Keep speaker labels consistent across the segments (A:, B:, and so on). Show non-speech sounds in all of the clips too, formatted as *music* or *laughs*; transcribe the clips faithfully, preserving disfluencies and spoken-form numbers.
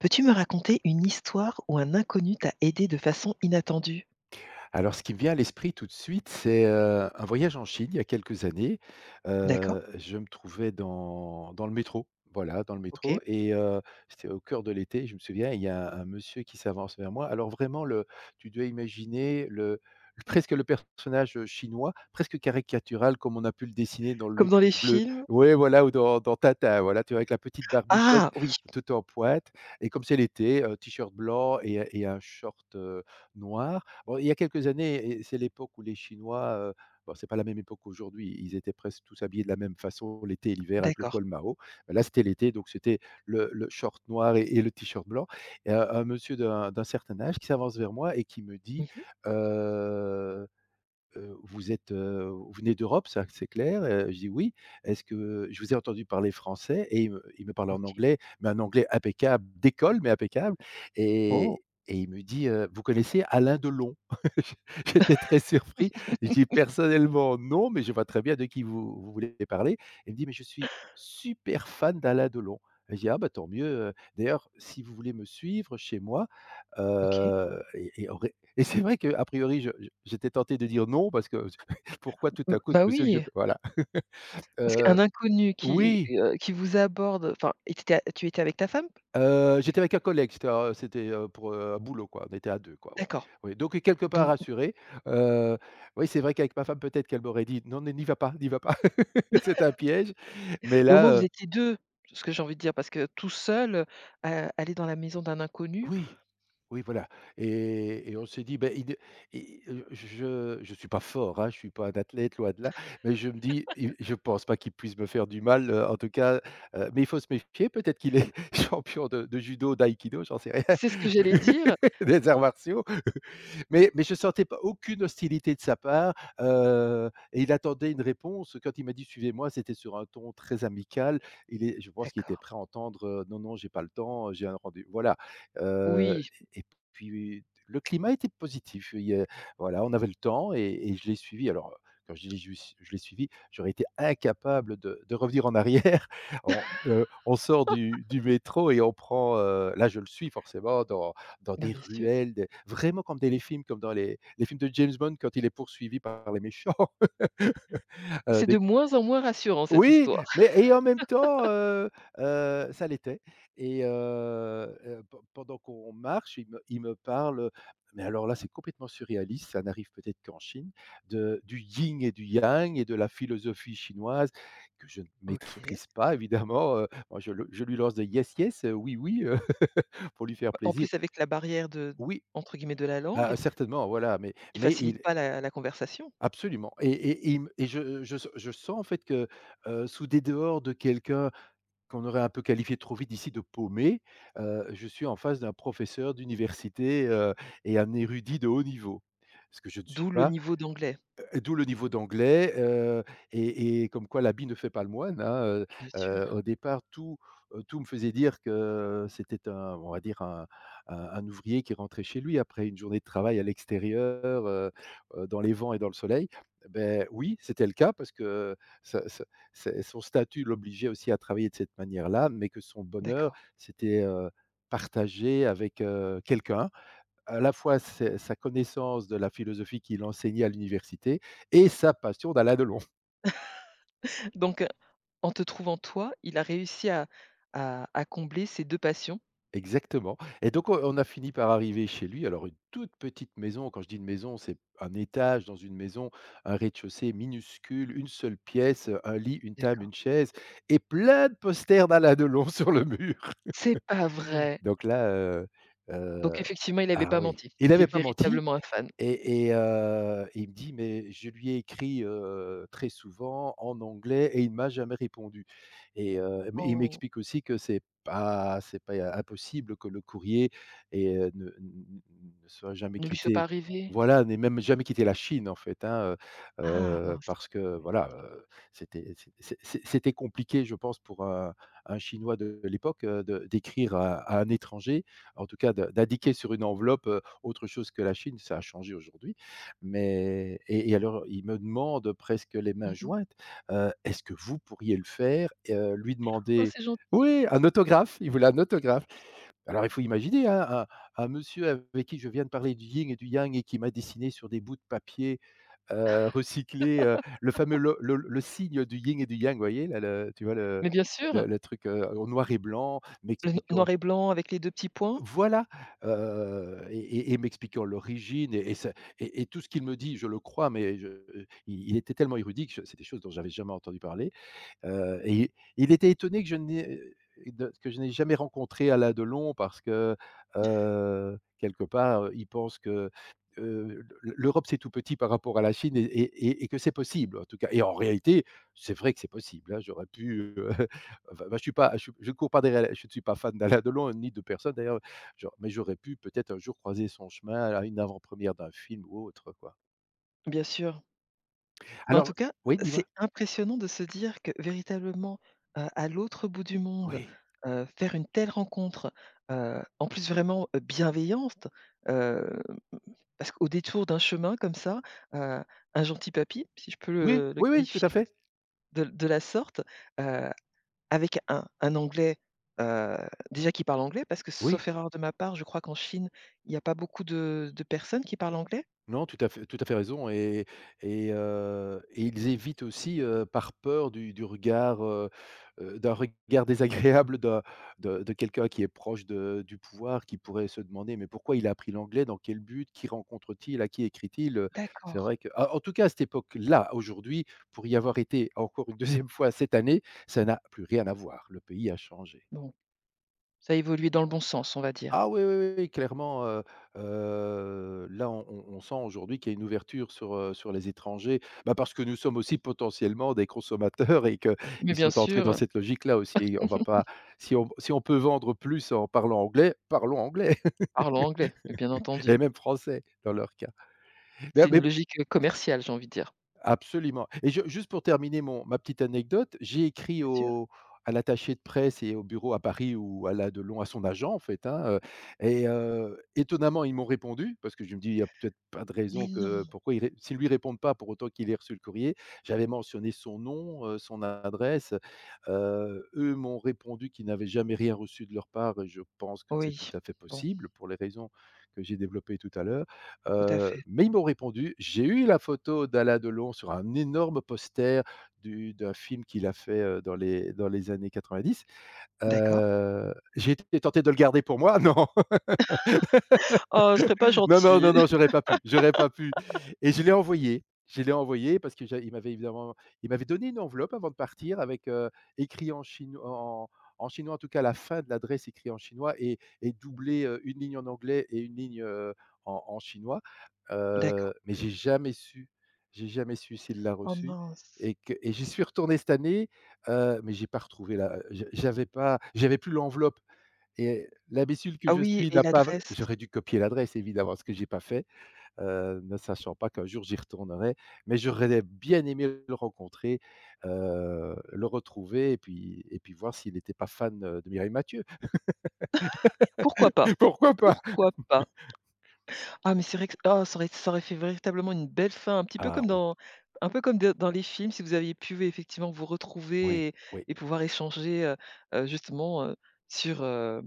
A: Peux-tu me raconter une histoire où un inconnu t'a aidé de façon inattendue?
B: Alors ce qui me vient à l'esprit tout de suite, c'est, heu, un voyage en Chine il y a quelques années.
A: D'accord.
B: Heu, je me trouvais dans dans le métro, voilà, dans le
A: OK.
B: métro et heu, c'était au cœur de l'été, je me souviens, il y a un un monsieur qui s'avance vers moi. Alors vraiment le tu dois imaginer le le- presque le personnage, chinois, presque caricatural comme on a pu le dessiner dans le
A: Comme dans
B: Lotus
A: les
B: *laughs* bleu.
A: films?
B: Oui, voilà, ou dans dans Tata, voilà, tu vois? Avec la petite barbichette
A: Ah oui,
B: tout en pointe et comme c'est l'été, heu, t-shirt blanc et et un short, heu, noir. Bon, il y a quelques années, et c'est l'époque où les Chinois, heu, bon, c'est pas la même époque qu'aujourd'hui, ils étaient presque tous habillés de la même façon l'été et l'hiver avec le
A: d'accord.
B: col Mao. Là, c'était l'été, donc c'était le le short noir et et le t-shirt blanc, et un un monsieur d'un d'un certain âge qui s'avance vers moi et qui me dit,
A: Mmh.
B: euh, heu, vous êtes, heu, vous venez d'Europe, ça c'est clair? Heu, je dis: «Oui». Est-ce que je vous ai entendu parler français? Et il me il me parle en
A: OK.
B: anglais, mais un anglais impeccable, d'école, mais impeccable.
A: Oh.
B: Et et il me dit, heu: «Vous connaissez Alain Delon?» *laughs* J'étais très surpris. Je dis: «Personnellement, non, mais je vois très bien de qui vous vous voulez parler». Il me dit: «Mais je suis super fan d'Alain Delon». Et Je dis: «Ah bah, tant mieux, d'ailleurs si vous voulez me suivre chez moi,
A: OK.
B: heu et et et c'est vrai qu'a priori, je je j'étais tenté de dire non parce que *laughs* pourquoi tout à
A: Mmh,
B: coup ce
A: bah
B: monsieur que je
A: oui,
B: voilà. *laughs*
A: parce
B: Heu,
A: qu'un inconnu qui,
B: oui,
A: heu, qui vous aborde, enfin, et tu étais tu étais avec ta femme?
B: heu, j'étais avec un collègue, c'était, heu, c'était, heu, pour, heu, un boulot quoi, on était à deux quoi, ouais.
A: D'accord.
B: Oui, donc euh, quelque part
A: Donc
B: rassuré. heu, oui, c'est vrai qu'avec ma femme peut-être qu'elle m'aurait dit: «Non, ne n'y va pas, n'y va pas, *laughs* c'est un piège», mais
A: mais au moins
B: là,
A: vous étiez deux, ce que j'ai envie de dire, parce que tout seul, heu, aller dans la maison d'un inconnu,
B: oui, oui, voilà. Et et on s'est dit, ben, il et heu, je je suis pas fort, hein, je ne suis pas un athlète, loin de là, mais je me dis: «Il Je ne pense pas qu'il puisse me faire du mal, heu, en tout cas, heu, mais il faut se méfier, peut-être qu'il est *laughs* champion de de judo, d'aïkido, j'en sais rien,
A: c'est ce que j'allais dire.
B: *laughs* des arts martiaux». Mais, mais je ne sentais pas aucune hostilité de sa part. Heu et il attendait une réponse. Quand il m'a dit: «Suivez-moi», c'était sur un ton très amical. Il est Je pense qu'il était
A: D'accord.
B: prêt à entendre, heu: «Non, non, j'ai pas le temps, euh, j'ai un rendez-vous», voilà. heu
A: Oui,
B: et puis le climat était positif. Il y a Voilà, on avait le temps et et je l'ai suivi. Alors, quand je dis je je l'ai suivi, j'aurais été incapable de de revenir en arrière. *laughs* On, heu, on sort du du métro et on prend, heu là je le suis forcément dans
A: bah,
B: des
A: bien sûr.
B: ruelles, des vraiment comme dans les films, comme dans les les films de James Bond quand il est poursuivi par les méchants. *laughs* heu,
A: C'est de
B: des
A: moins en moins rassurant cette
B: Oui,
A: histoire.
B: mais et en même temps, heu heu, ça l'était et heu heu, pen pendant qu'on marche, il me il me parle, mais alors là, c'est complètement surréaliste, ça n'arrive peut-être qu'en Chine, de du yin et du yang et de la philosophie chinoise que je ne
A: OK.
B: maîtrise pas évidemment. Heu, moi je le je lui lance des: «Yes, yes», euh, «Oui, oui», heu, *laughs* pour lui faire
A: En
B: plaisir.
A: plus avec la barrière de,
B: Oui.
A: entre guillemets, «de la langue»
B: Ah, certainement, voilà, mais
A: qui
B: mais
A: facilite
B: il
A: pas la la conversation,
B: absolument. Et et et il me et je je je sens en fait que, heu, sous des dehors de quelqu'un qu'on aurait un peu qualifié trop vite ici de paumé. Heu, je suis en face d'un professeur d'université, heu, et un érudit de haut niveau. Ce que je ne suis
A: d'où le
B: pas.
A: niveau d'anglais.
B: Heu, d'où le niveau d'anglais, heu et et comme quoi l'habit ne fait pas le moine, hein. Heu
A: Bien
B: heu, au
A: sûr,
B: départ, tout, heu, tout me faisait dire que c'était un on va dire un un un ouvrier qui rentrait chez lui après une journée de travail à l'extérieur, heu heu, dans les vents et dans le soleil. Beh, oui, c'était le cas parce que sa sa c'est son statut l'obligeait aussi à travailler de cette manière-là, mais que son bonheur,
A: d'accord.
B: c'était, heu, partagé avec, heu, quelqu'un, à la fois ses sa connaissance de la philosophie qu'il enseignait à l'université et sa passion d'Alain Delon. *laughs*
A: Donc, heu, en te trouvant toi, il a réussi à à à combler ses deux passions?
B: Exactement. Et donc on on a fini par arriver chez lui, alors une toute petite maison, quand je dis une maison, c'est un étage dans une maison, un rez-de-chaussée minuscule, une seule pièce, un lit, une table, une
A: D'accord.
B: chaise et plein de posters d'Alain Delon *laughs* sur le mur.
A: C'est pas vrai!
B: Donc là, heu
A: Donc
B: heu,
A: effectivement, il avait
B: ah
A: pas
B: oui,
A: menti.
B: il
A: C'était
B: avait pas menti.
A: véritablement un fan.
B: Et et heu, il me dit: «Mais je lui ai écrit, heu, très souvent en anglais et il m'a jamais répondu». Et heu, mais il
A: Oh,
B: m'explique aussi que c'est pas c'est pas impossible que le courrier et heu, ne ne soit jamais
A: ne lui soit pas
B: quitté,
A: arrivé?
B: voilà, n'ait même jamais quitté la Chine, en fait, hein. heu
A: Ah
B: heu,
A: mince.
B: Parce que
A: Ouais
B: voilà,
A: effective.
B: heu, c'était c'é c'é c'é c'était compliqué, je pense, pour un un Chinois de l'époque, heu, de d'écrire à à un étranger, en tout cas de d'indiquer sur une enveloppe, autre chose que la Chine. Ça a changé aujourd'hui, mais et et alors il me demande presque les mains
A: Mmh mh.
B: jointes, heu: «Est-ce que vous pourriez le faire?» et lui
A: Oh
B: demander,
A: c'est gentil.
B: oui, un autographe, il voulait un autographe. Alors il faut imaginer, hein, un un monsieur avec qui je viens de parler du yin et du yang et qui m'a dessiné sur des bouts de papier, heu, recyclé, heu, le fameux le le le signe du yin et du yang, vous voyez? Là, le tu vois le
A: Mais bien
B: le
A: sûr,
B: le truc, heu, en noir et blanc,
A: le n
B: m'expliquant
A: noir et blanc avec les deux petits points?
B: voilà, heu et et et m'expliquant l'origine et et ce et et tout ce qu'il me dit, je le crois, mais je, il il était tellement érudit que je c'est des choses dont j'avais jamais entendu parler. Heu et il était étonné que je n'ai de que je n'ai jamais rencontré Alain Delon parce que, heu, quelque part, heu, il pense que, heu, l'E l'Europe, c'est tout petit par rapport à la Chine, et et et et que c'est possible, en tout cas. Et en réalité, c'est vrai que c'est possible, hein. J'aurais pu, heu, *laughs* enfin, moi, je suis pas je je ne cours pas derrière, je ne suis pas fan d'Alain Delon ni de personne d'ailleurs, genre. Mais j'aurais pu peut-être un jour croiser son chemin à une avant-première d'un film ou autre, quoi.
A: Bien sûr. Mais en
B: Alors.
A: tout cas,
B: Oui, dis-moi?
A: c'est impressionnant de se dire que véritablement, heu, à l'autre bout du monde,
B: Oui.
A: heu, faire une telle rencontre, heu, en plus vraiment, heu, bienveillante, heu, parce qu'au détour d'un chemin comme ça, heu, un gentil papy, si je peux
B: Oui,
A: le le
B: oui, oui, tout
A: qualifier
B: à fait.
A: de de de la sorte, heu, avec un un anglais, heu, déjà qui parle anglais parce que
B: Oui.
A: sauf erreur de ma part, je crois qu'en Chine, il n'y a pas beaucoup de de personnes qui parlent anglais?
B: Non, tout à fait tout à fait raison. Et et heu et ils évitent aussi, heu, par peur du du regard, heu heu, d'un regard désagréable d'un de de quelqu'un qui est proche de du pouvoir, qui pourrait se demander: «Mais pourquoi il a appris l'anglais? Dans quel but? Qui rencontre-t-il? À qui écrit-il?» Heu, c'est
A: D'accord,
B: vrai que, ah, en tout cas à cette époque-là. Aujourd'hui, pour y avoir été encore une *laughs* deuxième fois cette année, ça n'a plus rien à voir. Le pays a changé.
A: bon, ça a évolué dans le bon sens, on va dire.
B: Ah oui, oui, oui, oui, clairement. Heu heu, là, on on on sent aujourd'hui qu'il y a une ouverture sur, heu, sur les étrangers. Bah, parce que nous sommes aussi potentiellement des consommateurs, et qu'ils
A: Mais bien
B: sont entrés dans
A: sûr.
B: cette logique-là aussi, et on va pas, si on si on peut vendre plus en parlant anglais, parlons anglais
A: Parle anglais, mais bien
B: *laughs* et
A: entendu.
B: même français dans leur cas. Mais
A: C'est une
B: mais
A: logique, heu, commerciale, j'ai envie de dire.
B: Absolument. Et je, juste pour terminer mon ma petite anecdote, j'ai écrit
A: Bien sûr.
B: au à l'attaché de presse et au bureau à Paris où elle a de long à son agent en fait, hein. Heu et heu, étonnamment, ils m'ont répondu parce que je me dis: «Il y a peut-être pas de raison,
A: Mais
B: que
A: non?
B: pourquoi ils ré s'ils lui répondent pas, pour autant qu'il ait reçu le courrier». J'avais mentionné son nom, heu, son adresse, heu, eux m'ont répondu qu'ils n'avaient jamais rien reçu de leur part, et je pense que c'est tout
A: Oui,
B: à fait
A: bon.
B: possible pour les raisons que j'ai développées tout à l'heure.
A: Tout à
B: Heu,
A: fait.
B: mais ils m'ont répondu: «J'ai eu la photo d'Alain Delon sur un énorme poster du d'un film qu'il a fait, heu, dans les dans les années quatre-vingt-dix.
A: D'accord.
B: Heu, j'ai été tenté de le garder pour moi». *laughs* Non!
A: Oh, ce serait pas
B: Non, non, non,
A: gentil.
B: non, j'aurais
A: *laughs*
B: pas pu, j'aurais pas pu et je l'ai envoyé, je l'ai envoyé parce que j'a il m'avait évidemment il m'avait donné une enveloppe avant de partir avec, heu, écrit en chinois en en chinois, en tout cas la fin de l'adresse écrit en chinois et et doublé, heu, une ligne en anglais et une ligne, heu, en en chinois, heu,
A: D'accord.
B: mais j'ai jamais su j'ai jamais su s'il l'a
A: Oh
B: reçu
A: mince.
B: et que et j'y suis retourné cette année, heu, mais j'ai pas retrouvé la je j'avais pas j'avais plus l'enveloppe et l'imbécile que
A: Ah
B: je
A: oui
B: suis
A: et
B: n'a pas
A: l'adresse?
B: j'aurais dû copier l'adresse évidemment, ce que j'ai pas fait, heu, ne sachant pas qu'un jour j'y retournerais, mais j'aurais bien aimé le rencontrer, heu, le retrouver et puis et puis voir s'il n'était pas fan, heu, de Mireille Mathieu.
A: Pourquoi pas?
B: *laughs* Pourquoi pas?
A: Pourquoi pas? Ah mais c'est vrai que ah ça aurait ça aurait fait véritablement une belle fin, un petit peu
B: Ah
A: comme
B: oui,
A: dans un peu comme de dans les films, si vous aviez pu effectivement vous
B: oui,
A: retrouver et
B: oui,
A: et pouvoir échanger, heu heu, justement, heu, sur, heu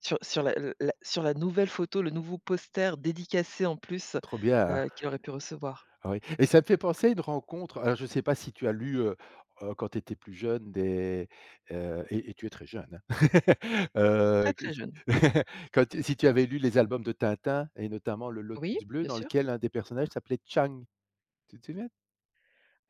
A: Sur sur la l la sur la nouvelle photo, le nouveau poster dédicacé en plus,
B: trop bien, hein?
A: heu, qu'il aurait pu recevoir.
B: Ah oui et ça me fait penser à une rencontre, alors je ne sais pas si tu as lu, heu heu, quand tu étais plus jeune des heu et et tu es très jeune, hein. *laughs* Heu,
A: Très,
B: que
A: très jeune.
B: *laughs* quand tu si tu avais lu les albums de Tintin et notamment le Lotus
A: Oui,
B: bleu
A: bien
B: dans
A: sûr.
B: lequel un des personnages s'appelait Chang, tu te souviens?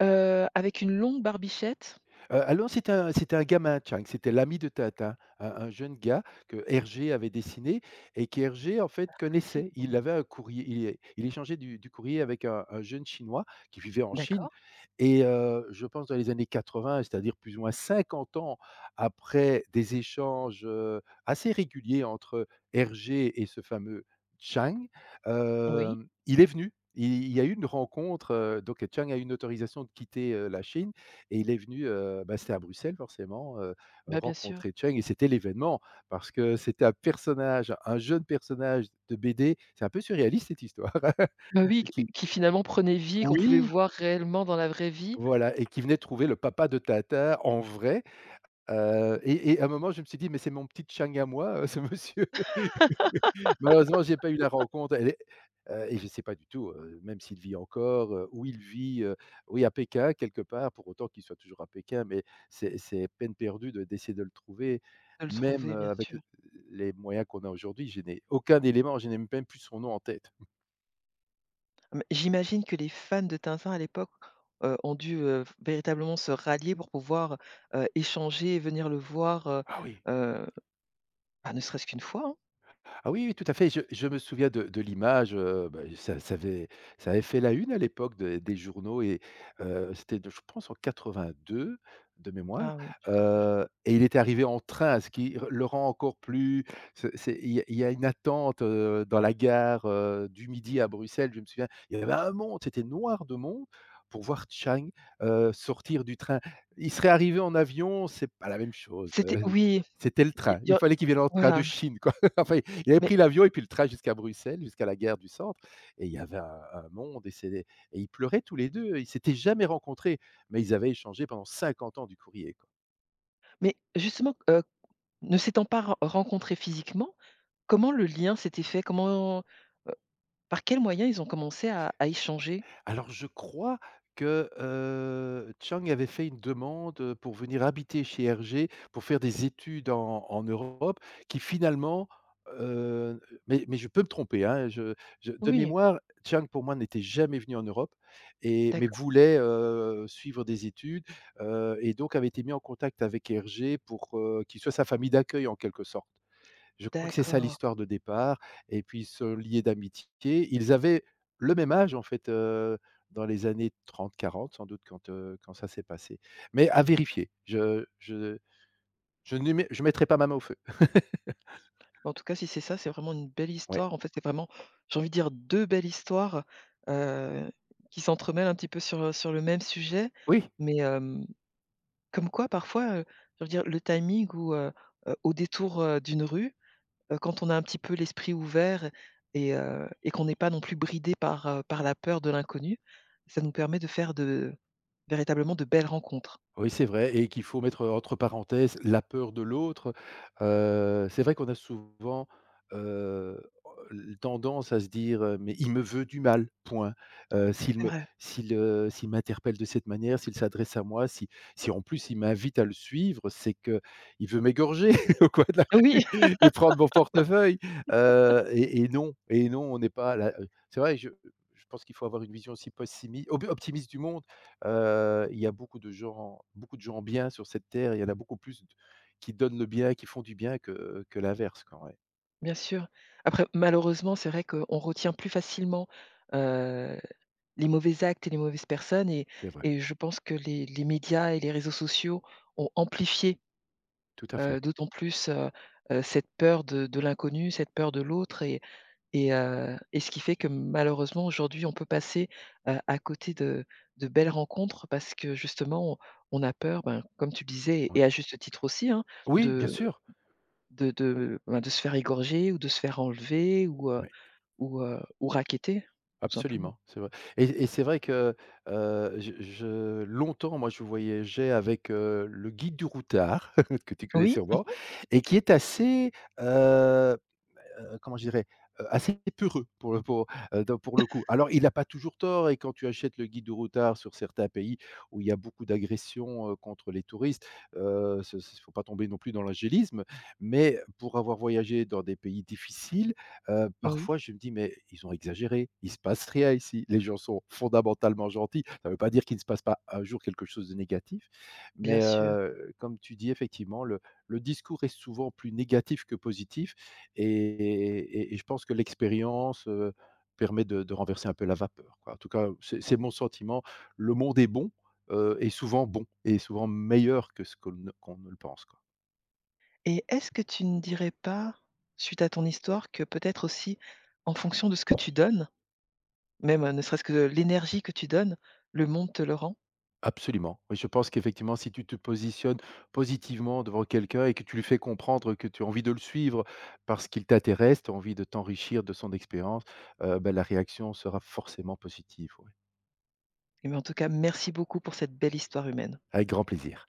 A: Heu, avec une longue barbichette.
B: Heu, ah c'était un c'était un gamin, Chang, c'était l'ami de Tintin, un un jeune gars que Hergé avait dessiné et qu'Hergé, en fait,
A: Que J'essaie
B: connaissait.
A: de me
B: Il avait un courrier il il échangeait du du courrier avec un un jeune Chinois qui vivait en Chine
A: d'accord,
B: et heu, je pense dans les années quatre-vingts, c'est-à-dire plus ou moins cinquante ans après des échanges, heu, assez réguliers entre Hergé et ce fameux Chang,
A: oui,
B: hem, il est venu. Il il y a eu une rencontre, heu, donc Chang a eu une autorisation de quitter, heu, la Chine et il est venu, heu, bah, c'était à Bruxelles forcément, heu,
A: bah, bien sûr.
B: rencontrer Cheng et c'était l'événement parce que c'était un personnage, un jeune personnage de B D. C'est un peu surréaliste cette histoire
A: Bah, oui,
B: *laughs*
A: q
B: qui
A: qui finalement prenait vie et qu'on pouvait
B: oui,
A: voir réellement dans la vraie vie,
B: voilà et qui venait trouver le papa de Tata en vrai, heu et et à un moment je me suis dit: «Mais c'est mon petit Cheng à moi, *laughs* heu, ce monsieur». Malheureusement, j'ai pas eu la rencontre. Elle est heu et je sais pas du tout, heu, même s'il vit encore, heu, où il vit, heu, oui à Pékin quelque part, pour autant qu'il soit toujours à Pékin, mais c'est c'est peine perdue de d'essayer de le trouver.
A: de le
B: Même,
A: trouver,
B: heu,
A: bien
B: avec l
A: sûr.
B: les moyens qu'on a aujourd'hui, je n'ai aucun élément, je n'ai même plus son nom en tête.
A: Ah, mais j'imagine que les fans de Tintin à l'époque, heu, ont dû, heu, véritablement se rallier pour pouvoir, heu, échanger et venir le voir. heu,
B: Ah oui!
A: heu Bah, ne serait-ce qu'une fois, hein.
B: Ah oui, oui, tout à fait. Je je me souviens de de l'image, heu, bah, ça ça avait ça avait fait la une à l'époque de des journaux et heu, c'était je pense en quatre-vingt-deux de mémoire,
A: Ah oui, c'était trop jeune.
B: heu et il était arrivé en train, ce qui r le rend encore plus c'est c'est il y a il y a une attente, heu, dans la gare, heu, du midi à Bruxelles, je me souviens. Il y avait un monde, c'était noir de monde pour voir Chang heu, sortir du train. Il serait arrivé en avion, c'est pas la même chose,
A: C'était
B: heu,
A: oui,
B: c'était le
A: il
B: train.
A: y
B: Il
A: a
B: fallait
A: il
B: qu'il vienne en train de
A: voilà,
B: Chine, quoi. *laughs* Enfin, il avait
A: mais
B: pris l'avion et puis le train jusqu'à Bruxelles, jusqu'à la gare du centre. Et il y avait un, un monde et, c'est- et ils pleuraient tous les deux. Ils s'étaient jamais rencontrés, mais ils avaient échangé pendant cinquante ans du courrier.
A: mais justement, heu, ne s'étant pas ren rencontrés physiquement, comment le lien s'était fait? Comment, heu, par quels moyens ils ont commencé à à échanger?
B: Alors je crois que, heu, Chiang avait fait une demande, pour venir habiter chez Hergé, pour faire des études en en Europe qui finalement, heu, mais mais je peux me tromper, hein, je je de
A: Oui,
B: mémoire, Chiang pour moi n'était jamais venu en Europe et mais
A: d'accord,
B: voulait, heu, suivre des études, heu et donc avait été mis en contact avec Hergé pour, heu, qu'il soit sa famille d'accueil en quelque sorte. Je crois que c'est ça
A: d'accord.
B: l'histoire de départ et puis ils se liaient d'amitié. Ils avaient le même âge, en fait, heu, dans les années trente, quarante, sans doute quand, heu, quand ça s'est passé. Mais à vérifier. Je je je ne mets je mettrai pas ma main au feu. *laughs*
A: Bah, en tout cas, si c'est ça, c'est vraiment une belle
B: Ouais.
A: histoire. En fait, c'est vraiment, j'ai envie de dire, deux belles histoires, heu, qui s'entremêlent un petit peu sur, sur le même sujet.
B: Oui.
A: Mais, hem, comme quoi parfois, heu, je veux dire le timing ou, heu heu, au détour, heu, d'une rue, heu, quand on a un petit peu l'esprit ouvert et heu et qu'on n'est pas non plus bridé par, heu, par la peur de l'inconnu, ça nous permet de faire de véritablement de belles rencontres.
B: Oui, c'est vrai et qu'il faut mettre entre parenthèses la peur de l'autre. Heu, c'est vrai qu'on a souvent, heu, l tendance à se dire, heu: «Mais il me veut du mal, point. Heu, s'il
A: C'est
B: me
A: vrai.
B: s'il, heu, s'il m'interpelle de cette manière, s'il s'adresse à moi, si si en plus il m'invite à le suivre, c'est qu'il veut m'égorger *laughs* au coin de la rue
A: Oui, *laughs*
B: et prendre mon portefeuille». Heu et et non et non, on n'est pas là, c'est vrai, je je pense qu'il faut avoir une vision aussi possimi ob optimiste du monde. Heu, il y a beaucoup de gens beaucoup de gens bien sur cette terre, il y en a beaucoup plus d qui donnent le bien, qui font du bien que que l'inverse quoi, ouais.
A: bien sûr. Après malheureusement, c'est vrai qu'on retient plus facilement, heu les mauvais actes et les mauvaises personnes et
B: C'est vrai,
A: et je pense que les les médias et les réseaux sociaux ont amplifié,
B: tout à fait,
A: heu, d'autant plus, heu heu, cette peur de de l'inconnu, cette peur de l'autre et et heu et ce qui fait que malheureusement aujourd'hui on peut passer, heu, à côté de de belles rencontres parce que justement on on a peur, ben, comme tu le disais et à
B: ouais.
A: juste titre aussi, hein,
B: Oui, bien
A: de
B: sûr,
A: de de, ben, de se faire égorger ou de se faire enlever ou, heu
B: oui,
A: ou, heu, ou racketter, tout simplement.
B: absolument, c'est vrai et et c'est vrai que, heu, je je longtemps moi je voyageais avec, heu, le guide du routard *laughs* que tu connais
A: Oui,
B: sûrement et qui est assez, heu, comment je dirais? Heu, assez peureux pour le pour, heu, donc pour le coup. Alors il n'a pas toujours tort et quand tu achètes le guide du routard sur certains pays où il y a beaucoup d'agressions, heu, contre les touristes, heu, ce faut pas tomber non plus dans l'angélisme, mais pour avoir voyagé dans des pays difficiles, heu,
A: oui,
B: parfois je me dis: «Mais ils ont exagéré, il se passe rien ici». Les gens sont fondamentalement gentils. Ça ne veut pas dire qu'il ne se passe pas un jour quelque chose de négatif, mais
A: bien sûr.
B: heu, comme tu dis effectivement le le discours est souvent plus négatif que positif et et et je pense que l'expérience, heu, permet de de renverser un peu la vapeur, quoi. En tout cas, c'est c'est mon sentiment. Le monde est bon, heu et souvent bon et souvent meilleur que ce qu'on ne qu'on ne le pense, quoi.
A: Et est-ce que tu ne dirais pas, suite à ton histoire, que peut-être aussi, en fonction de ce que tu donnes, même, heu, ne serait-ce que de l'énergie que tu donnes, le monde te le rend?
B: Absolument. Oui, je pense qu'effectivement, si tu te positionnes positivement devant quelqu'un et que tu lui fais comprendre que tu as envie de le suivre parce qu'il t'intéresse, tu as envie de t'enrichir de son expérience, heu, bah, la réaction sera forcément positive, oui.
A: Et mais en tout cas, merci beaucoup pour cette belle histoire humaine.
B: Avec grand plaisir.